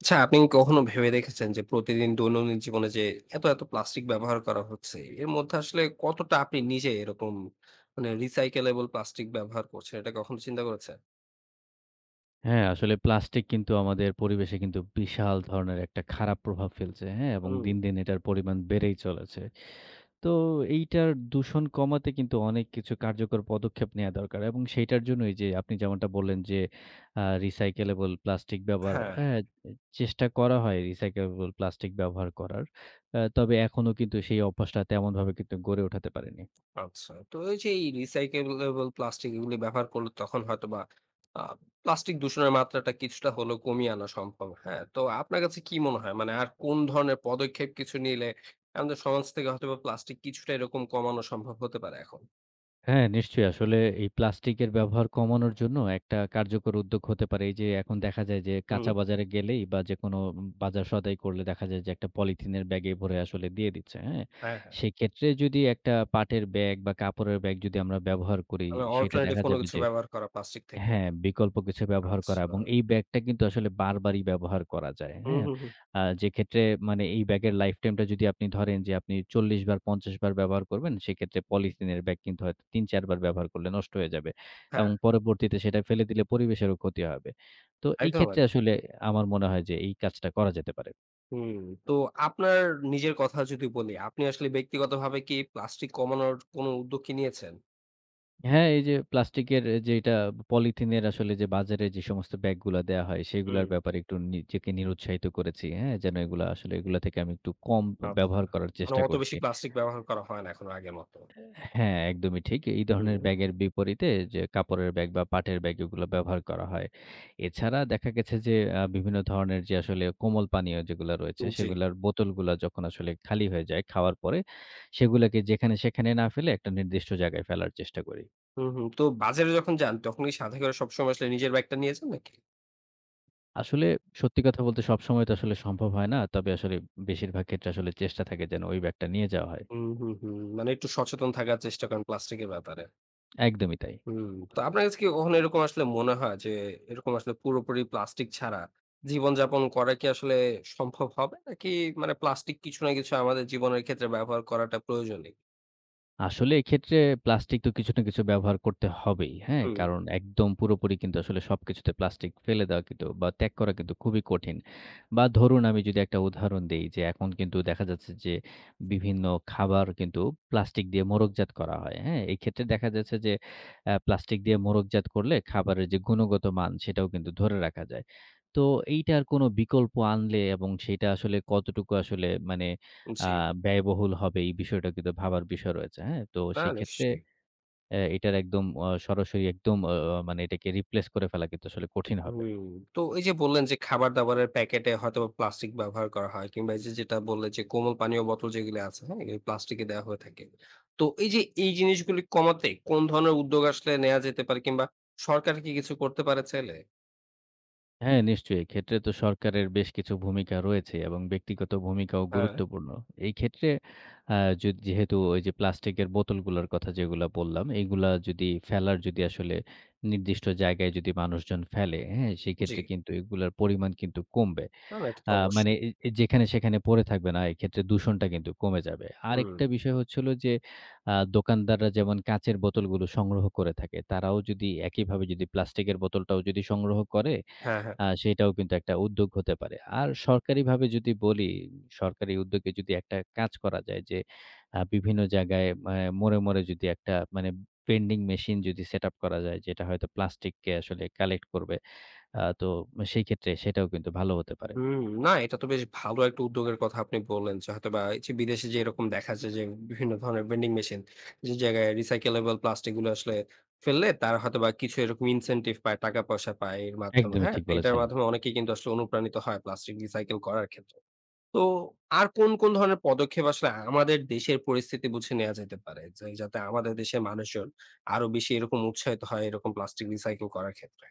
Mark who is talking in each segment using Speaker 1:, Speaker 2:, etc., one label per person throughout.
Speaker 1: আচ্ছা, আপনি কি কখনো ভেবে দেখেছেন যে প্রতিদিন দৈনন্দিন জীবনে যে এত, এত প্লাস্টিক ব্যবহার করা হচ্ছে, এর মধ্যে আসলে কতটা আপনি নিজে এরকম মানে recyclable প্লাস্টিক ব্যবহার করছেন, এটা কখনো চিন্তা করেছেন?
Speaker 2: হ্যাঁ, আসলে প্লাস্টিক কিন্তু আমাদের পরিবেশে কিন্তু বিশাল ধরনের একটা খারাপ প্রভাব ফেলছে, হ্যাঁ? এবং
Speaker 1: হুম।
Speaker 2: দিন, দিন এটার পরিমাণ বেড়েই চলেছে। তো এইটার দূষণ কমাতে কিন্তু অনেক কিছু কার্যকর পদক্ষেপ নেয়া দরকার এবং সেইটার জন্যই যে আপনি যেমনটা বললেন যে recyclable প্লাস্টিক ব্যবহার,
Speaker 1: হ্যাঁ,
Speaker 2: হ্যাঁ, চেষ্টা করা হয় recyclable প্লাস্টিক ব্যবহার করার। তবে এখনো কিন্তু সেই অভ্যাসটা তেমনভাবে কিন্তু গড়ে উঠাতে পারিনি।
Speaker 1: আচ্ছা। তো এই যে এই recyclable প্লাস্টিক এগুলি ব্যবহার করলে তখন হয়তোবা আ প্লাস্টিক দূষণের মাত্রাটা কিছুটা হলেও কমিয়ে আনা সম্ভব। হ্যাঁ? তো আপনার কাছে কি মনে হয়? মানে আর কোন ধরনের পদক্ষেপ কিছু নিলে আমাদের সমাজ থেকে হয়তোবা প্লাস্টিক কিছুটা এরকম কমানো সম্ভব হতে পারে এখন?
Speaker 2: হ্যাঁ, নিশ্চয়ই। আসলে এই প্লাস্টিকের ব্যবহার কমানোর জন্য একটা কার্যকর উদ্যোগ হতে পারে। এই যে এখন দেখা যায় যে
Speaker 1: হুম।
Speaker 2: কাঁচা বাজারে গেলেই বা যেকোনো বাজার সদাই করলে দেখা যায় যে একটা পলিথিনের ব্যাগে ভরে আসলে দিয়ে দিচ্ছে, হ্যাঁ?
Speaker 1: হ্যাঁ, হ্যাঁ।
Speaker 2: সেক্ষেত্রে যদি একটা পাটের ব্যাগ বা কাপড়ের ব্যাগ যদি আমরা ব্যবহার করি,
Speaker 1: মানে
Speaker 2: সেটা
Speaker 1: অল্টারনেটিভ
Speaker 2: দেখা
Speaker 1: কোনো
Speaker 2: যাবে
Speaker 1: কিছু
Speaker 2: যে
Speaker 1: ব্যবহার করা প্লাস্টিক থেকে।
Speaker 2: হ্যাঁ, বিকল্প কিছু ব্যবহার করা
Speaker 1: আচ্ছা।
Speaker 2: এবং এই ব্যাগটা কিন্তু আসলে বারবারই ব্যবহার করা যায়।
Speaker 1: হুম,
Speaker 2: হ্যাঁ?
Speaker 1: হুম, হুম।
Speaker 2: যে ক্ষেত্রে মানে এই ব্যাগের লাইফ টাইমটা যদি আপনি ধরেন যে আপনি ৪০ বার ৫০ বার ব্যবহার করবেন, সেক্ষেত্রে পলিথিনের ব্যাগ কিন্তু হয়তো ৩-৪ বার ব্যবহার করলে নষ্ট হয়ে যাবে।
Speaker 1: হ্যাঁ,
Speaker 2: এবং পরবর্তীতে সেটা ফেলে দিলে পরিবেশেরও ক্ষতি হবে। তো এই
Speaker 1: একদম,
Speaker 2: ক্ষেত্রে
Speaker 1: একদম।
Speaker 2: আসলে আমার মনে হয় যে এই কাজটা করা যেতে পারে।
Speaker 1: হুম, তো আপনার নিজের কথা যদি বলি, আপনি আসলে ব্যক্তিগতভাবে কি প্লাস্টিক কমানোর কোনো উদ্যোগ কি নিয়েছেন?
Speaker 2: হ্যাঁ, এই যে প্লাস্টিকের যেইটা পলিথিনের আসলে যে বাজারে যে সমস্ত ব্যাগগুলা দেয়া হয়,
Speaker 1: হুম।
Speaker 2: সেগুলার ব্যাপারে একটু নিজেকে নিরুৎসাহিত করেছি। হ্যাঁ? যেন এগুলা থেকে আমি একটু কম
Speaker 1: আচ্ছা।
Speaker 2: ব্যবহার করার
Speaker 1: মানে
Speaker 2: চেষ্টা
Speaker 1: অত
Speaker 2: করছি।
Speaker 1: বেশি প্লাস্টিক ব্যবহার করা হয় না এখন আগের মতো।
Speaker 2: হ্যাঁ, একদমই ঠিক। এই ধরনের
Speaker 1: হুম।
Speaker 2: ব্যাগের বিপরীতে যে কাপড়ের ব্যাগ বা পাটের ব্যাগ এগুলো ব্যবহার করা হয়। এছাড়া দেখা গেছে যে বিভিন্ন ধরনের যে আসলে কোমল পানীয় যেগুলা রয়েছে,
Speaker 1: জি।
Speaker 2: সেগুলার বোতলগুলা যখন আসলে খালি হয়ে যায় খাওয়ার পরে, সেগুলাকে যেখানে সেখানে না ফেলে একটা নির্দিষ্ট জায়গায় ফেলার চেষ্টা করি।
Speaker 1: হুম, হুম। তো বাজারে যখন যান তখন কি সাথে করে সবসময় আসলে নিজের ব্যাগটা নিয়ে যান নাকি?
Speaker 2: আসলে সত্যি কথা বলতে সবসময় তো আসলে সম্ভব হয় না। তবে আসলে বেশিরভাগ ক্ষেত্রে আসলে চেষ্টা থাকে যেন ওই ব্যাগটা নিয়ে যাওয়া হয়।
Speaker 1: হুম, হুম, হুম। মানে একটু সচেতন থাকার চেষ্টা করেন প্লাস্টিকের ব্যাপারে।
Speaker 2: একদমই তাই।
Speaker 1: হুম। তো আপনার কাছে কি কখনো এরকম আসলে মনে হয় যে, এরকম আসলে পুরোপুরি প্লাস্টিক ছাড়া জীবনযাপন করা কি আসলে সম্ভব হবে? নাকি মানে প্লাস্টিক কিছু না কিছু আমাদের জীবনের ক্ষেত্রে ব্যবহার করাটা প্রয়োজনীয়?
Speaker 2: আসলে এক্ষেত্রে প্লাস্টিক তো কিছু না কিছু ব্যবহার করতে হবেই। হ্যাঁ?
Speaker 1: হুম।
Speaker 2: কারণ একদম পুরোপুরি কিন্তু আসলে সবকিছুতে প্লাস্টিক ফেলে দেওয়া কিন্তু বা ত্যাগ করা কিন্তু খুবই কঠিন। বা ধরুন আমি যদি একটা উদাহরণ দেই যে এখন কিন্তু দেখা যাচ্ছে যে বিভিন্ন খাবার কিন্তু প্লাস্টিক দিয়ে মোড়কজাত করা হয়। হ্যাঁ? এক্ষেত্রে দেখা যাচ্ছে যে প্লাস্টিক দিয়ে মোড়কজাত করলে খাবারের যে গুণগত মান সেটাও কিন্তু ধরে রাখা যায়। তো এইটার কোনো বিকল্প আনলে এবং সেটা আসলে কতটুকু আসলে মানে আ
Speaker 1: জি।
Speaker 2: ব্যয়বহুল হবে এই বিষয়টা কিন্তু ভাবার বিষয় রয়েছে। হ্যাঁ? তো
Speaker 1: না
Speaker 2: সেই ক্ষেত্রে
Speaker 1: নিশ্চয়ই।
Speaker 2: এটার একদম সরাসরি একদম অ অ মানে এটাকে রিপ্লেস করে ফেলা কিন্তু আসলে কঠিন হবে।
Speaker 1: হুম। তো এই যে বললেন যে, খাবার-দাবারের প্যাকেটে হয়তোবা প্লাস্টিক ব্যবহার করা হয় কিংবা এই যে যেটা বললেন যে, কোমল পানীয় বোতল যেগুলো আছে, হ্যাঁ? এগুলো প্লাস্টিকে দেওয়া হয়ে থাকে। তো এই যে এই জিনিসগুলি কমাতে কোন ধরনের উদ্যোগ আসলে নেয়া যেতে পারে কিংবা সরকার কি কিছু করতে পারে চাইলে?
Speaker 2: হ্যাঁ, নিশ্চয়ই। এক্ষেত্রে তো সরকারের বেশ কিছু ভূমিকা রয়েছে এবং ব্যক্তিগত ভূমিকাও
Speaker 1: হ্যাঁ।
Speaker 2: গুরুত্বপূর্ণ। এই ক্ষেত্রে আ য যেহেতু ওই যে প্লাস্টিকের বোতলগুলোর কথা যেগুলা বললাম, এগুলা যদি ফেলার যদি আসলে নির্দিষ্ট জায়গায় যদি মানুষজন ফেলে, হ্যাঁ?
Speaker 1: জি।
Speaker 2: সেক্ষেত্রে কিন্তু এগুলার পরিমাণ কিন্তু কমবে।
Speaker 1: না, না, এটা তো
Speaker 2: আ মানে
Speaker 1: অবশ্যই।
Speaker 2: এ এ যেখানে সেখানে পড়ে থাকবে না। এক্ষেত্রে দূষণটা কিন্তু কমে যাবে।
Speaker 1: হুম,
Speaker 2: আরেকটা বিষয় হলো যে, দোকানদাররা যেমন কাঁচের বোতলগুলো সংগ্রহ করে থাকে, তারাও যদি একইভাবে যদি প্লাস্টিকের বোতলটাও যদি সংগ্রহ করে,
Speaker 1: হ্যাঁ, হ্যাঁ।
Speaker 2: সেটাও কিন্তু একটা উদ্যোগ হতে পারে। আর সরকারিভাবে যদি বলি, সরকারি উদ্যোগে যদি একটা কাজ করা যায় যে, বিভিন্ন জায়গায় মোড়ে, মোড়ে যদি একটা মানে ভেন্ডিং মেশিন যদি সেটআপ করা যায়, যেটা হয়তো প্লাস্টিককে আসলে কালেক্ট করবে। তো সেই ক্ষেত্রে সেটাও কিন্তু ভালো হতে পারে।
Speaker 1: হুম, না এটা তো বেশ ভালো একটা উদ্যোগের কথা আপনি বললেন যে হয়তোবা এই যে বিদেশে যে এরকম দেখা যায় যে বিভিন্ন ধরনের ভেন্ডিং মেশিন যে জায়গায় recyclable প্লাস্টিক গুলো আসলে ফেললে তারা হয়তোবা কিছু এরকম ইনসেনটিভ পায়, টাকা পয়সা পায় এর মাধ্যমে,
Speaker 2: একদমই
Speaker 1: হ্যাঁ?
Speaker 2: ঠিক
Speaker 1: তো এটার
Speaker 2: বলেছেন।
Speaker 1: মাধ্যমে অনেকেই কিন্তু আসলে অনুপ্রাণিত হয় প্লাস্টিক রিসাইকেল করার ক্ষেত্রে। তো আর কোন, কোন ধরনের পদক্ষেপ আসলে আমাদের দেশের পরিস্থিতি বুঝে নেওয়া যেতে পারে? যে যাতে আমাদের দেশের মানুষজন আরো বেশি এরকম উৎসাহিত হয় এরকম প্লাস্টিক রিসাইকেল করার ক্ষেত্রে?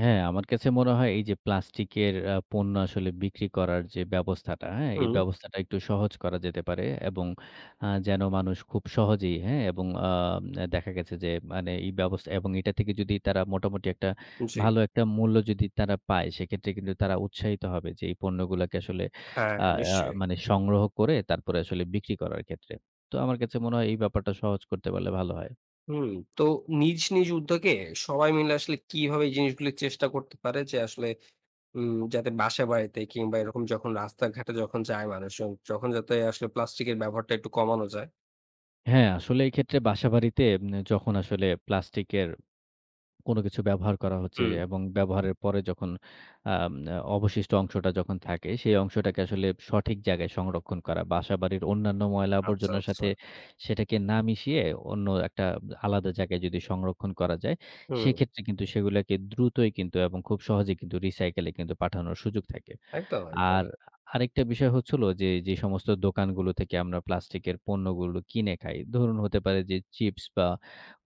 Speaker 2: হ্যাঁ, আমার কাছে মনে হয় এই যে প্লাস্টিকের পণ্য আসলে বিক্রি করার যে ব্যবস্থাটা, হ্যাঁ? এই
Speaker 1: হুম,
Speaker 2: ব্যবস্থাটা একটু সহজ করা যেতে পারে এবং যেন মানুষ খুব সহজেই, হ্যাঁ? এবং দেখা গেছে যে মানে এই ব্যবস্থা এবং এটা থেকে যদি তারা মোটামুটি একটা
Speaker 1: জি।
Speaker 2: ভালো একটা মূল্য যদি তারা পায়, সেক্ষেত্রে কিন্তু তারা উৎসাহিত হবে যে এই পণ্যগুলাকে আসলে
Speaker 1: হ্যাঁ,
Speaker 2: আ
Speaker 1: হ্যাঁ,
Speaker 2: আ
Speaker 1: নিশ্চয়ই।
Speaker 2: মানে সংগ্রহ করে তারপরে আসলে বিক্রি করার ক্ষেত্রে। তো আমার কাছে মনে হয় এই ব্যাপারটা সহজ করতে পারলে ভালো হয়।
Speaker 1: হুম, তো নিজ, নিজ উদ্যোগে সবাই মিলে আসলে কিভাবে এই জিনিসগুলি চেষ্টা করতে পারে যে আসলে যাতে বাসা-বাড়িতে কিংবা এরকম যখন রাস্তাঘাটে যখন যায় মানুষজন যখন যাতে আসলে প্লাস্টিকের ব্যবহারটা একটু কমানো যায়?
Speaker 2: হ্যাঁ, আসলে এই ক্ষেত্রে বাসাবাড়িতে যখন আসলে প্লাস্টিকের কোনো কিছু ব্যবহার করা হচ্ছে
Speaker 1: হুম।
Speaker 2: এবং ব্যবহারের পরে যখন আম অবশিষ্ট অংশটা যখন থাকে, সেই অংশটাকে আসলে সঠিক জায়গায় সংরক্ষণ করা। বাসাবাড়ির অন্যান্য ময়লা
Speaker 1: আচ্ছা,
Speaker 2: আবর্জনার
Speaker 1: আচ্ছা।
Speaker 2: সাথে সেটাকে না মিশিয়ে অন্য একটা আলাদা জায়গায় যদি সংরক্ষণ করা যায়,
Speaker 1: হুম,
Speaker 2: সেক্ষেত্রে কিন্তু সেগুলাকে দ্রুতই কিন্তু এবং খুব সহজেই কিন্তু রিসাইকেলে কিন্তু পাঠানোর সুযোগ থাকে।
Speaker 1: একদম, একদম।
Speaker 2: আর আরেকটা বিষয় হচ্ছিল যে, যে সমস্ত দোকানগুলো থেকে আমরা প্লাস্টিকের পণ্যগুলো কিনে খাই। ধরুন হতে পারে যে চিপস বা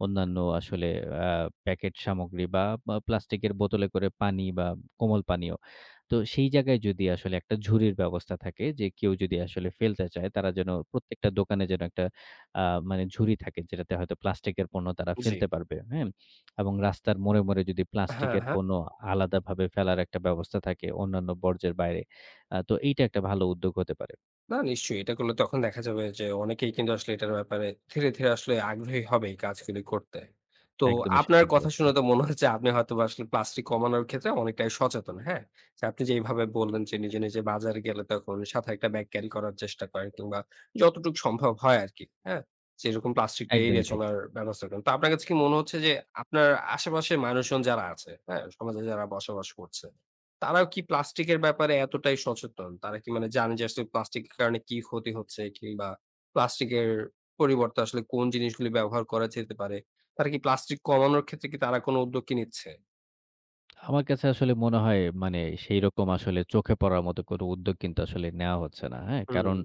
Speaker 2: অন্যান্য আসলে আ প্যাকেট সামগ্রী বা বা প্লাস্টিকের বোতলে করে পানি বা কোমল পানীয়। তো সেই জায়গায় যদি আসলে একটা ঝুড়ির ব্যবস্থা থাকে যে কেউ যদি আসলে ফেলতে চায় তারা যেন প্রত্যেকটা দোকানে যেন একটা আ মানে ঝুড়ি থাকে যেটাতে হয়তো প্লাস্টিকের পণ্য তারা
Speaker 1: জি।
Speaker 2: ফেলতে পারবে। হ্যাঁ? এবং রাস্তার মোড়ে, মোড়ে যদি
Speaker 1: হ্যাঁ,
Speaker 2: প্লাস্টিকের
Speaker 1: হ্যাঁ।
Speaker 2: পণ্য আলাদাভাবে ফেলার একটা ব্যবস্থা থাকে অন্যান্য বর্জ্যের বাইরে। তো এইটা একটা ভালো উদ্যোগ হতে পারে।
Speaker 1: না নিশ্চয়ই। এটা করলে তখন দেখা যাবে যে অনেকেই কিন্তু আসলে এটার ব্যাপারে ধীরে, ধীরে আসলে আগ্রহী হবে এই কাজগুলি করতে। তো
Speaker 2: একদমই
Speaker 1: আপনার
Speaker 2: সঠিক
Speaker 1: কথা
Speaker 2: বলেছেন।
Speaker 1: শুনে তো মনে হচ্ছে আপনি হয়তোবা আসলে প্লাস্টিক কমানোর ক্ষেত্রে অনেকটাই সচেতন, হ্যাঁ? যে আপনি যেইভাবে বললেন যে নিজে, নিজে বাজারে গেলে তখন সাথে একটা ব্যাগ ক্যারি করার চেষ্টা করেন কিংবা যতটুকু সম্ভব হয় আরকি, হ্যাঁ? যেরকম প্লাস্টিকটা
Speaker 2: একদমই
Speaker 1: এড়িয়ে
Speaker 2: ঠিক।
Speaker 1: চলার ব্যবস্থা করেন। তো আপনার কাছে কি মনে হচ্ছে যে আপনার আশেপাশের মানুষজন যারা আছে, হ্যাঁ? সমাজে যারা বসবাস করছে তারাও কি প্লাস্টিকের ব্যাপারে এতটাই সচেতন? তারা কি মানে জানে যে আসলে প্লাস্টিকের কারণে কি ক্ষতি হচ্ছে কিংবা প্লাস্টিকের পরিবর্তে আসলে কোন জিনিসগুলি ব্যবহার করা যেতে পারে? তারা কি প্লাস্টিক কমানোর ক্ষেত্রে কি তারা কোন উদ্যোগ কি নিচ্ছে?
Speaker 2: আমার কাছে আসলে মনে হয় মানে সেইরকম আসলে চোখে পড়ার মতো কোনো উদ্যোগ কিন্তু আসলে নেওয়া হচ্ছে না। হ্যাঁ?
Speaker 1: হুম,
Speaker 2: কারণ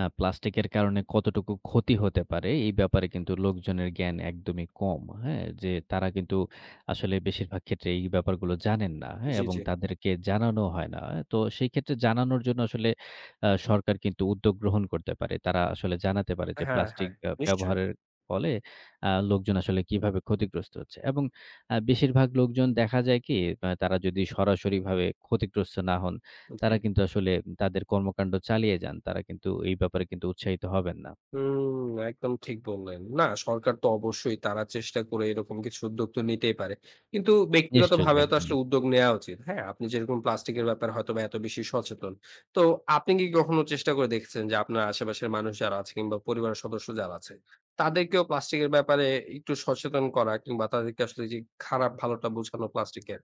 Speaker 2: প্লাস্টিকের কারণে কতটুকু ক্ষতি হতে পারে এই ব্যাপারে কিন্তু লোকজনের জ্ঞান একদমই কম। হ্যাঁ? যে তারা কিন্তু আসলে বেশিরভাগ ক্ষেত্রে এই ব্যাপারগুলো জানেন না। হ্যাঁ?
Speaker 1: জি,
Speaker 2: এবং
Speaker 1: জি।
Speaker 2: তাদেরকে জানানো হয় না। হ্যাঁ, তো সেই ক্ষেত্রে জানানোর জন্য আসলে সরকার কিন্তু উদ্যোগ গ্রহণ করতে পারে। তারা আসলে জানাতে পারে যে
Speaker 1: হ্যাঁ,
Speaker 2: প্লাস্টিক
Speaker 1: হ্যাঁ। নিশ্চয়ই।
Speaker 2: ব্যবহারের ফলে লোকজন আসলে কিভাবে ক্ষতিগ্রস্ত হচ্ছে। এবং বেশিরভাগ লোকজন দেখা যায় কি তারা যদি সরাসরিভাবে ক্ষতিগ্রস্ত না হন
Speaker 1: জি।
Speaker 2: তারা কিন্তু আসলে তাদের কর্মকাণ্ড চালিয়ে যান। তারা কিন্তু এই ব্যাপারে কিন্তু উৎসাহিত হবেন না।
Speaker 1: হুম, একদম ঠিক বললেন। না, সরকার তো অবশ্যই তারা চেষ্টা করে এরকম কিছু উদ্যোগ তো নিতেই পারে। কিন্তু
Speaker 2: নিশ্চয়ই,
Speaker 1: ব্যক্তিগতভাবেও তো
Speaker 2: একদমই।
Speaker 1: আসলে উদ্যোগ নেয়া উচিত। হ্যাঁ? আপনি যেরকম প্লাস্টিকের ব্যাপারে হয়তোবা এত বেশি সচেতন। তো আপনি কি কখনো চেষ্টা করে দেখেছেন যে আপনার আশেপাশের মানুষ যারা আছে কিংবা পরিবারের সদস্য যারা আছে, তাদেরকেও প্লাস্টিকের ব্যাপারে একটু সচেতন করা কিংবা তাদেরকে আসলে যে খারাপ ভালোটা বোঝানো প্লাস্টিকের?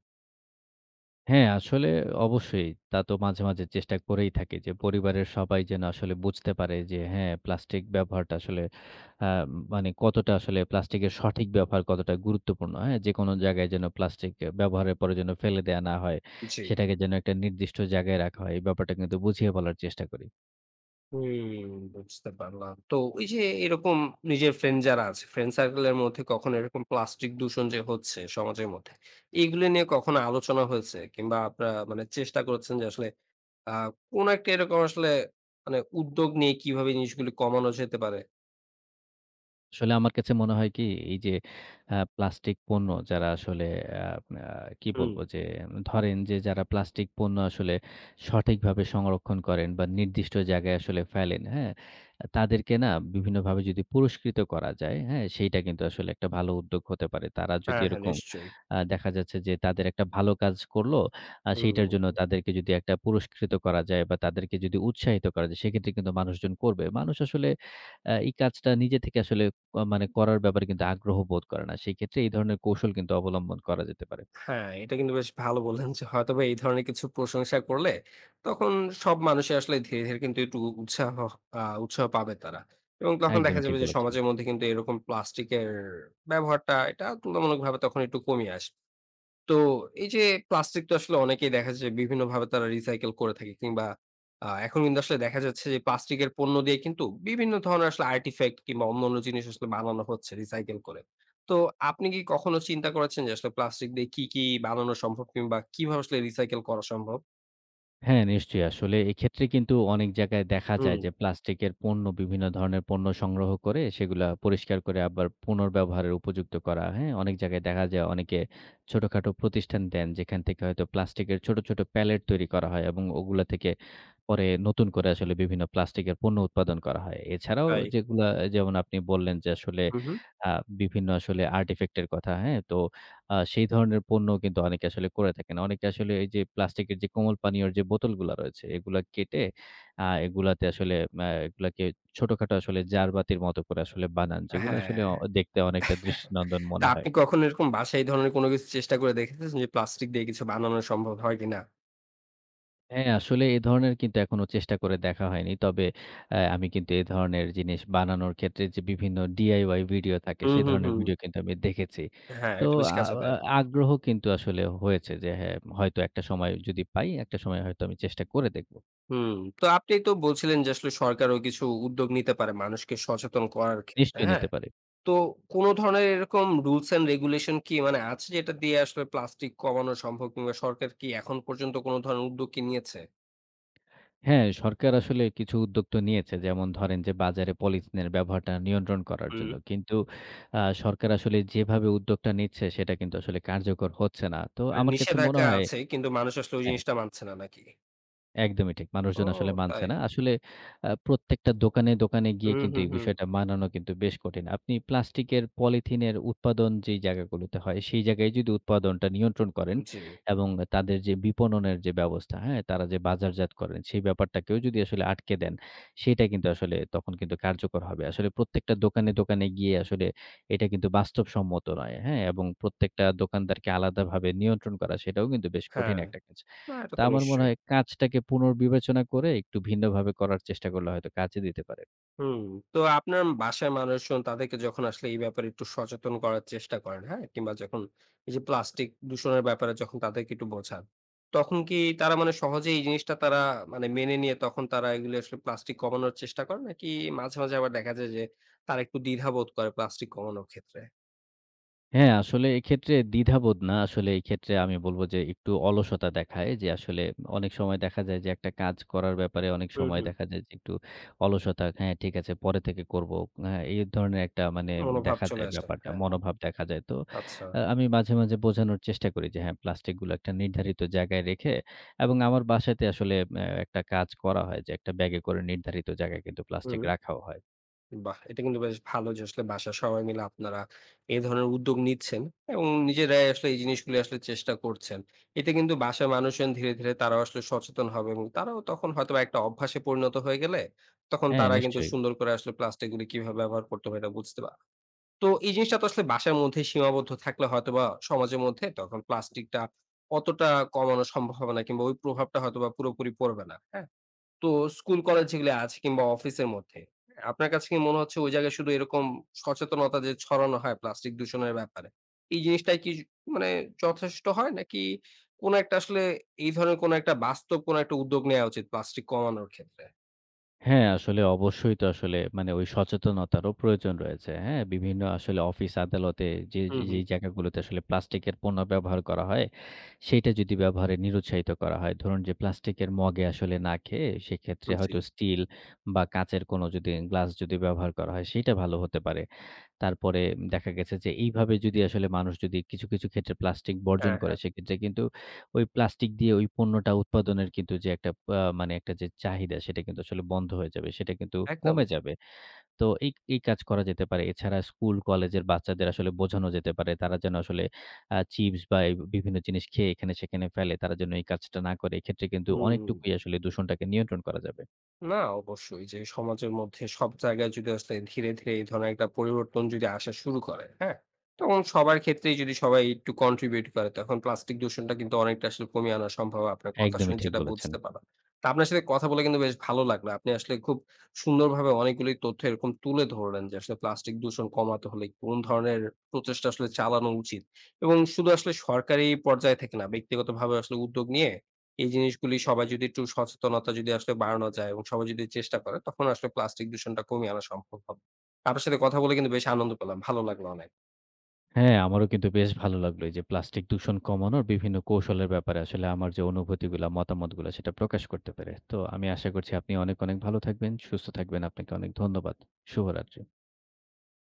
Speaker 2: হ্যাঁ, আসলে অবশ্যই। তা তো মাঝে, মাঝে চেষ্টা করেই থাকি যে পরিবারের সবাই যেন আসলে বুঝতে পারে যে হ্যাঁ, প্লাস্টিক ব্যবহারটা আসলে আ মানে কতটা আসলে প্লাস্টিকের সঠিক ব্যবহার কতটা গুরুত্বপূর্ণ। হ্যাঁ? যেকোনো জায়গায় যেন প্লাস্টিক ব্যবহারের পরে যেন ফেলে দেয়া না হয়।
Speaker 1: জি।
Speaker 2: সেটাকে যেন একটা নির্দিষ্ট জায়গায় রাখা হয়। এই ব্যাপারটা কিন্তু বুঝিয়ে বলার চেষ্টা করি।
Speaker 1: হুম, বুঝতে পারলাম। তো ওই যে এরকম নিজের ফ্রেন্ড যারা আছে, ফ্রেন্ড সার্কেল এর মধ্যে কখনো এরকম প্লাস্টিক দূষণ যে হচ্ছে সমাজের মধ্যে, এগুলো নিয়ে কখনো আলোচনা হয়েছে? কিংবা আপনারা মানে চেষ্টা করেছেন যে আসলে আ কোন একটা এরকম আসলে মানে উদ্যোগ নিয়ে কিভাবে জিনিসগুলো কমানো যেতে পারে?
Speaker 2: আসলে আমার কাছে মনে হয় কি, এই যে প্লাস্টিক পণ্য যারা আসলে আপ আ কি
Speaker 1: হুম।
Speaker 2: বলবো যে ধরেন যে যারা প্লাস্টিক পণ্য আসলে সঠিকভাবে সংরক্ষণ করেন বা নির্দিষ্ট জায়গায় আসলে ফেলেন, হ্যাঁ? তাদেরকে না বিভিন্নভাবে যদি পুরস্কৃত করা যায়, হ্যাঁ? সেইটা কিন্তু আসলে একটা ভালো উদ্যোগ হতে পারে। তারা যদি
Speaker 1: হ্যাঁ, হ্যাঁ
Speaker 2: এরকম
Speaker 1: নিশ্চয়ই।
Speaker 2: দেখা যাচ্ছে যে তাদের একটা ভালো কাজ করলো, সেইটার জন্য
Speaker 1: হুম।
Speaker 2: তাদেরকে যদি একটা পুরস্কৃত করা যায় বা তাদেরকে যদি উৎসাহিত করা যায়, সেক্ষেত্রে কিন্তু মানুষজন করবে। মানুষ আসলে এই কাজটা নিজে থেকে আসলে মানে করার ব্যাপারে কিন্তু আগ্রহ বোধ করে না। সেক্ষেত্রে এই ধরনের কৌশল কিন্তু অবলম্বন করা যেতে পারে।
Speaker 1: হ্যাঁ, এটা কিন্তু বেশ ভালো বললেন যে হয়তোবা এই ধরনের কিছু প্রশংসা করলে তখন সব মানুষই আসলে ধীরে, ধীরে কিন্তু একটু উৎসাহ পাবে তারা। এবং তখন দেখা
Speaker 2: একদমই ঠিক
Speaker 1: যাবে যে
Speaker 2: বলেছেন।
Speaker 1: সমাজের মধ্যে কিন্তু এরকম প্লাস্টিকের ব্যবহারটা এটা তুলনামূলকভাবে তখন একটু কমিয়ে আসবে। তো এই যে প্লাস্টিক তো আসলে অনেকেই দেখা যায় যে বিভিন্নভাবে তারা রিসাইকেল করে থাকে কিংবা এখন কিন্তু আসলে দেখা যাচ্ছে যে প্লাস্টিকের পণ্য দিয়ে কিন্তু বিভিন্ন ধরনের আসলে আর্টিফ্যাক্ট কিংবা অন্যান্য জিনিস আসলে বানানো হচ্ছে রিসাইকেল করে। তো আপনি কি কখনো চিন্তা করেছেন যে আসলে প্লাস্টিক দিয়ে কি, কি বানানো সম্ভব কিংবা কিভাবে আসলে রিসাইকেল করা সম্ভব?
Speaker 2: হ্যাঁ, নিশ্চয়ই। আসলে এক্ষেত্রে কিন্তু অনেক জায়গায় দেখা
Speaker 1: হুম,
Speaker 2: যায় যে প্লাস্টিকের পণ্য বিভিন্ন ধরনের পণ্য সংগ্রহ করে সেগুলা পরিষ্কার করে আবার পুনর্ব্যবহারের উপযুক্ত করা। হ্যাঁ? অনেক জায়গায় দেখা যায় অনেকে ছোটখাটো প্রতিষ্ঠান দেন যেখান থেকে হয়তো প্লাস্টিকের ছোট, ছোট প্যালেট তৈরি করা হয় এবং ওগুলা থেকে পরে নতুন করে আসলে বিভিন্ন প্লাস্টিকের পণ্য উৎপাদন করা হয়। এছাড়াও
Speaker 1: তাই।
Speaker 2: যেগুলা যেমন আপনি বললেন যে আসলে
Speaker 1: হু, হু।
Speaker 2: আ বিভিন্ন আসলে আর্টিফেক্ট এর কথা, হ্যাঁ? তো সেই ধরনের পণ্য কিন্তু অনেকে আসলে করে থাকেন। অনেকে আসলে এই যে প্লাস্টিকের যে কোমল পানীয়র যে বোতলগুলা রয়েছে, এগুলা কেটে এগুলাতে আসলে এগুলাকে ছোটখাটো আসলে জারবাতির মতো করে আসলে বানান। যেগুলো আসলে
Speaker 1: হ্যাঁ,
Speaker 2: দেখতে অনেকটা দৃষ্টিনন্দন
Speaker 1: তা
Speaker 2: মনে হয়।
Speaker 1: আপনি কখনো এরকম বাসায় এই ধরনের কোনো কিছু চেষ্টা করে দেখেছেন যে প্লাস্টিক দিয়ে কিছু বানানো সম্ভব হয় কিনা?
Speaker 2: হ্যাঁ, আসলে এ ধরনের কিন্তু এখনো চেষ্টা করে দেখা হয়নি। তবে আমি কিন্তু এ ধরনের জিনিস বানানোর ক্ষেত্রে যে বিভিন্ন DIY ভিডিও থাকে,
Speaker 1: হুম,
Speaker 2: সে
Speaker 1: হুম,
Speaker 2: ধরনের
Speaker 1: হুম।
Speaker 2: ভিডিও কিন্তু আমি দেখেছি।
Speaker 1: হ্যাঁ,
Speaker 2: তো
Speaker 1: এটা বেশ
Speaker 2: আ
Speaker 1: কাজে
Speaker 2: আ
Speaker 1: দেয়।
Speaker 2: আগ্রহ কিন্তু আসলে হয়েছে যে হ্যাঁ, হয়তো একটা সময় যদি পাই, একটা সময় হয়তো আমি চেষ্টা করে দেখব।
Speaker 1: হুম, তো আপনি তো বলছিলেন যে আসলে সরকারও কিছু উদ্যোগ নিতে পারে মানুষকে সচেতন করার ক্ষেত্রে,
Speaker 2: নিশ্চয়ই
Speaker 1: হ্যাঁ?
Speaker 2: নিতে পারি।
Speaker 1: তো কোন ধরনের এরকম রুলস অ্যান্ড রেগুলেশন কি মানে আছে যেটা দিয়ে আসলে প্লাস্টিক কমানো সম্ভব কিংবা সরকার কি এখন পর্যন্ত কোন ধরনের উদ্যোগ কি নিয়েছে?
Speaker 2: হ্যাঁ, সরকার আসলে কিছু উদ্যোগ তো নিয়েছে। যেমন ধরেন যে বাজারে পলিথিনের ব্যবহারটা নিয়ন্ত্রণ করার
Speaker 1: হুম।
Speaker 2: জন্য। কিন্তু সরকার আসলে যেভাবে উদ্যোগটা নিচ্ছে, সেটা কিন্তু আসলে কার্যকর হচ্ছে না। তো
Speaker 1: মানে
Speaker 2: আমার কাছে মনে
Speaker 1: নিষেধাজ্ঞা
Speaker 2: হয়।
Speaker 1: আছে কিন্তু মানুষ আসলে ওই
Speaker 2: হ্যাঁ।
Speaker 1: জিনিসটা মানছে না নাকি?
Speaker 2: একদমই ঠিক। মানুষজন
Speaker 1: ও
Speaker 2: আসলে মানছে
Speaker 1: তাই।
Speaker 2: না। আসলে প্রত্যেকটা দোকানে, দোকানে গিয়ে
Speaker 1: হুম,
Speaker 2: কিন্তু
Speaker 1: হুম,
Speaker 2: এই
Speaker 1: হুম।
Speaker 2: বিষয়টা মানানো কিন্তু বেশ কঠিন। আপনি প্লাস্টিকের, পলিথিনের উৎপাদন যেই জায়গাগুলোতে হয়, সেই জায়গায় যদি উৎপাদনটা নিয়ন্ত্রণ করেন
Speaker 1: জি।
Speaker 2: এবং তাদের যে বিপণনের যে ব্যবস্থা, হ্যাঁ? তারা যে বাজারজাত করেন, সেই ব্যাপারটাকেও যদি আসলে আটকে দেন, সেটা কিন্তু আসলে তখন কিন্তু কার্যকর হবে। আসলে প্রত্যেকটা দোকানে, দোকানে গিয়ে আসলে এটা কিন্তু বাস্তবসম্মত নয়, হ্যাঁ? এবং প্রত্যেকটা দোকানদারকে আলাদাভাবে নিয়ন্ত্রণ করা, সেটাও কিন্তু বেশ কঠিন
Speaker 1: হ্যাঁ,
Speaker 2: একটা কাজ।
Speaker 1: না এটা
Speaker 2: তা
Speaker 1: তো
Speaker 2: আমার মনে
Speaker 1: নিশ্চয়ই।
Speaker 2: হয় কাজটাকে পুনর্বিবেচনা করে একটু ভিন্নভাবে করার চেষ্টা করলে হয়তো কাজে দিতে পারে।
Speaker 1: হুম, তো আপনার বাসায় মানুষজন তাদেরকে যখন আসলে এই ব্যাপারে একটু সচেতন করার চেষ্টা করেন, হ্যাঁ? কিংবা যখন এই যে প্লাস্টিক দূষণের ব্যাপারে যখন তাদেরকে একটু বোঝান, তখন কি তারা মানে সহজেই এই জিনিসটা তারা মানে মেনে নিয়ে তখন তারা এগুলো আসলে প্লাস্টিক কমানোর চেষ্টা করে? নাকি মাঝে, মাঝে আবার দেখা যায় যে তারা একটু দ্বিধাবোধ করে প্লাস্টিক কমানোর ক্ষেত্রে?
Speaker 2: হ্যাঁ, আসলে এক্ষেত্রে দ্বিধাবোধ না। আসলে এক্ষেত্রে আমি বলব যে একটু অলসতা দেখায় যে আসলে অনেক সময় দেখা যায় যে একটা কাজ করার ব্যাপারে অনেক
Speaker 1: হুম,
Speaker 2: সময়
Speaker 1: হুম।
Speaker 2: দেখা যায় যে একটু অলসতা, হ্যাঁ ঠিক আছে পরে থেকে করব। হ্যাঁ, এই ধরনের একটা মানে
Speaker 1: মনোভাব
Speaker 2: দেখা
Speaker 1: চলে
Speaker 2: যায়
Speaker 1: আসে।
Speaker 2: ব্যাপারটা,
Speaker 1: হ্যাঁ, হ্যাঁ।
Speaker 2: মনোভাব দেখা যায়। তো
Speaker 1: আচ্ছা।
Speaker 2: আমি মাঝে, মাঝে বোঝানোর চেষ্টা করি যে হ্যাঁ, প্লাস্টিকগুলো একটা নির্ধারিত জায়গায় রেখে এবং আমার বাসাতে আসলে একটা কাজ করা হয় যে একটা ব্যাগে করে নির্ধারিত জায়গায় কিন্তু প্লাস্টিক
Speaker 1: হুম।
Speaker 2: রাখাও হয়।
Speaker 1: বাহ! এটা কিন্তু বেশ ভালো যে আসলে বাসার সবাই মিলে আপনারা এ ধরনের উদ্যোগ নিচ্ছেন এবং নিজেরাই আসলে এই জিনিসগুলো আসলে চেষ্টা করছেন। এতে কিন্তু বাসার মানুষজন ধীরে, ধীরে তারাও আসলে সচেতন হবে এবং তারাও তখন হয়তোবা একটা অভ্যাসে পরিণত হয়ে গেলে তখন
Speaker 2: হ্যাঁ,
Speaker 1: তারা কিন্তু
Speaker 2: নিশ্চয়ই।
Speaker 1: সুন্দর করে আসলে প্লাস্টিকগুলি কিভাবে ব্যবহার করতে হবে এটা বুঝতে পারে। তো এই জিনিসটা তো আসলে বাসার মধ্যে সীমাবদ্ধ থাকলে হয়তোবা সমাজের মধ্যে তখন প্লাস্টিকটা অতটা কমানো সম্ভব হবে না কিংবা ওই প্রভাবটা হয়তোবা পুরোপুরি পড়বে না। হ্যাঁ? তো স্কুল, কলেজ যেগুলো আছে কিংবা অফিসের মধ্যে, আপনার কাছে কি মনে হচ্ছে ওই জায়গায় শুধু এরকম সচেতনতা যে ছড়ানো হয় প্লাস্টিক দূষণের ব্যাপারে, এই জিনিসটাই কি মানে যথেষ্ট হয়? নাকি কোন একটা আসলে এই ধরনের কোন একটা বাস্তব কোন একটা উদ্যোগ নেয়া উচিত প্লাস্টিক কমানোর ক্ষেত্রে?
Speaker 2: হ্যাঁ, আসলে অবশ্যই তো আসলে মানে ওই সচেতনতারও প্রয়োজন রয়েছে। হ্যাঁ? বিভিন্ন আসলে অফিস আদালতে যে
Speaker 1: হুম, হুম।
Speaker 2: যেই জায়গাগুলোতে আসলে প্লাস্টিকের পণ্য ব্যবহার করা হয়, সেইটা যদি ব্যবহারে নিরুৎসাহিত করা হয়। ধরুন যে প্লাস্টিকের মগে আসলে না খেয়ে সেক্ষেত্রে
Speaker 1: জি।
Speaker 2: হয়তো স্টিল বা কাঁচের কোনো যদি গ্লাস যদি ব্যবহার করা হয় সেইটা ভালো হতে পারে। তারপরে দেখা গেছে যে এইভাবে যদি আসলে মানুষ যদি কিছু, কিছু ক্ষেত্রে প্লাস্টিক বর্জন
Speaker 1: হ্যাঁ,
Speaker 2: করে
Speaker 1: হ্যাঁ।
Speaker 2: সেক্ষেত্রে কিন্তু ওই প্লাস্টিক দিয়ে ওই পণ্যটা উৎপাদনের কিন্তু যে একটা মানে একটা যে চাহিদা সেটা কিন্তু আসলে বন্ধ হয়ে যাবে। সেটা কিন্তু
Speaker 1: একদম।
Speaker 2: কমে যাবে। তো এই এই কাজ করা যেতে পারে। এছাড়া স্কুল, কলেজের বাচ্চাদের আসলে বোঝানো যেতে পারে। তারা যেন আসলে চিপস বা এই বিভিন্ন জিনিস খেয়ে এখানে সেখানে ফেলে। তারা যেন এই কাজটা না করে। এক্ষেত্রে কিন্তু
Speaker 1: হুম, হুম,
Speaker 2: অনেকটুকুই
Speaker 1: হুম।
Speaker 2: আসলে দূষণটাকে নিয়ন্ত্রণ করা যাবে।
Speaker 1: না অবশ্যই যে সমাজের মধ্যে সব জায়গায় যদি আসলে ধীরে ধীরে এই ধরনের একটা পরিবর্তন যদি আসা শুরু করে, হ্যাঁ, তখন সবার ক্ষেত্রেই যদি সবাই একটু কন্ট্রিবিউট করে তখন প্লাস্টিক দূষণটা কিন্তু অনেকটা আসলে কমিয়ে আনা সম্ভব আপনার কথা
Speaker 2: একদমই
Speaker 1: শুনে
Speaker 2: ঠিক
Speaker 1: যেটা
Speaker 2: বলেছেন।
Speaker 1: বুঝতে পারলাম। তা আপনার সাথে কথা বলে কিন্তু বেশ ভালো লাগলো, আপনি আসলে খুব সুন্দরভাবে অনেকগুলি তথ্য এরকম তুলে ধরলেন যে আসলে প্লাস্টিক দূষণ কমাতে হলে কোন ধরনের প্রচেষ্টা আসলে চালানো উচিত এবং শুধু আসলে সরকারি পর্যায়ে থেকে না ব্যক্তিগতভাবে আসলে উদ্যোগ নিয়ে এই জিনিসগুলি সবাই যদি একটু সচেতনতা যদি আসলে বাড়ানো যায় এবং সবাই যদি চেষ্টা করে তখন আসলে প্লাস্টিক দূষণটা কমিয়ে আনা সম্ভব হবে। আপনার সাথে কথা বলে কিন্তু বেশ আনন্দ পেলাম। ভালো লাগলো অনেক।
Speaker 2: হ্যাঁ, আমারও কিন্তু বেশ ভালো লাগলো এই যে প্লাস্টিক দূষণ কমানোর বিভিন্ন কৌশলের ব্যাপারে আসলে আমার যে অনুভূতিগুলা, মতামতগুলা সেটা প্রকাশ করতে পেরে। তো আমি আশা করছি আপনি অনেক, অনেক ভালো থাকবেন, সুস্থ থাকবেন। আপনাকে অনেক ধন্যবাদ। শুভরাত্রি।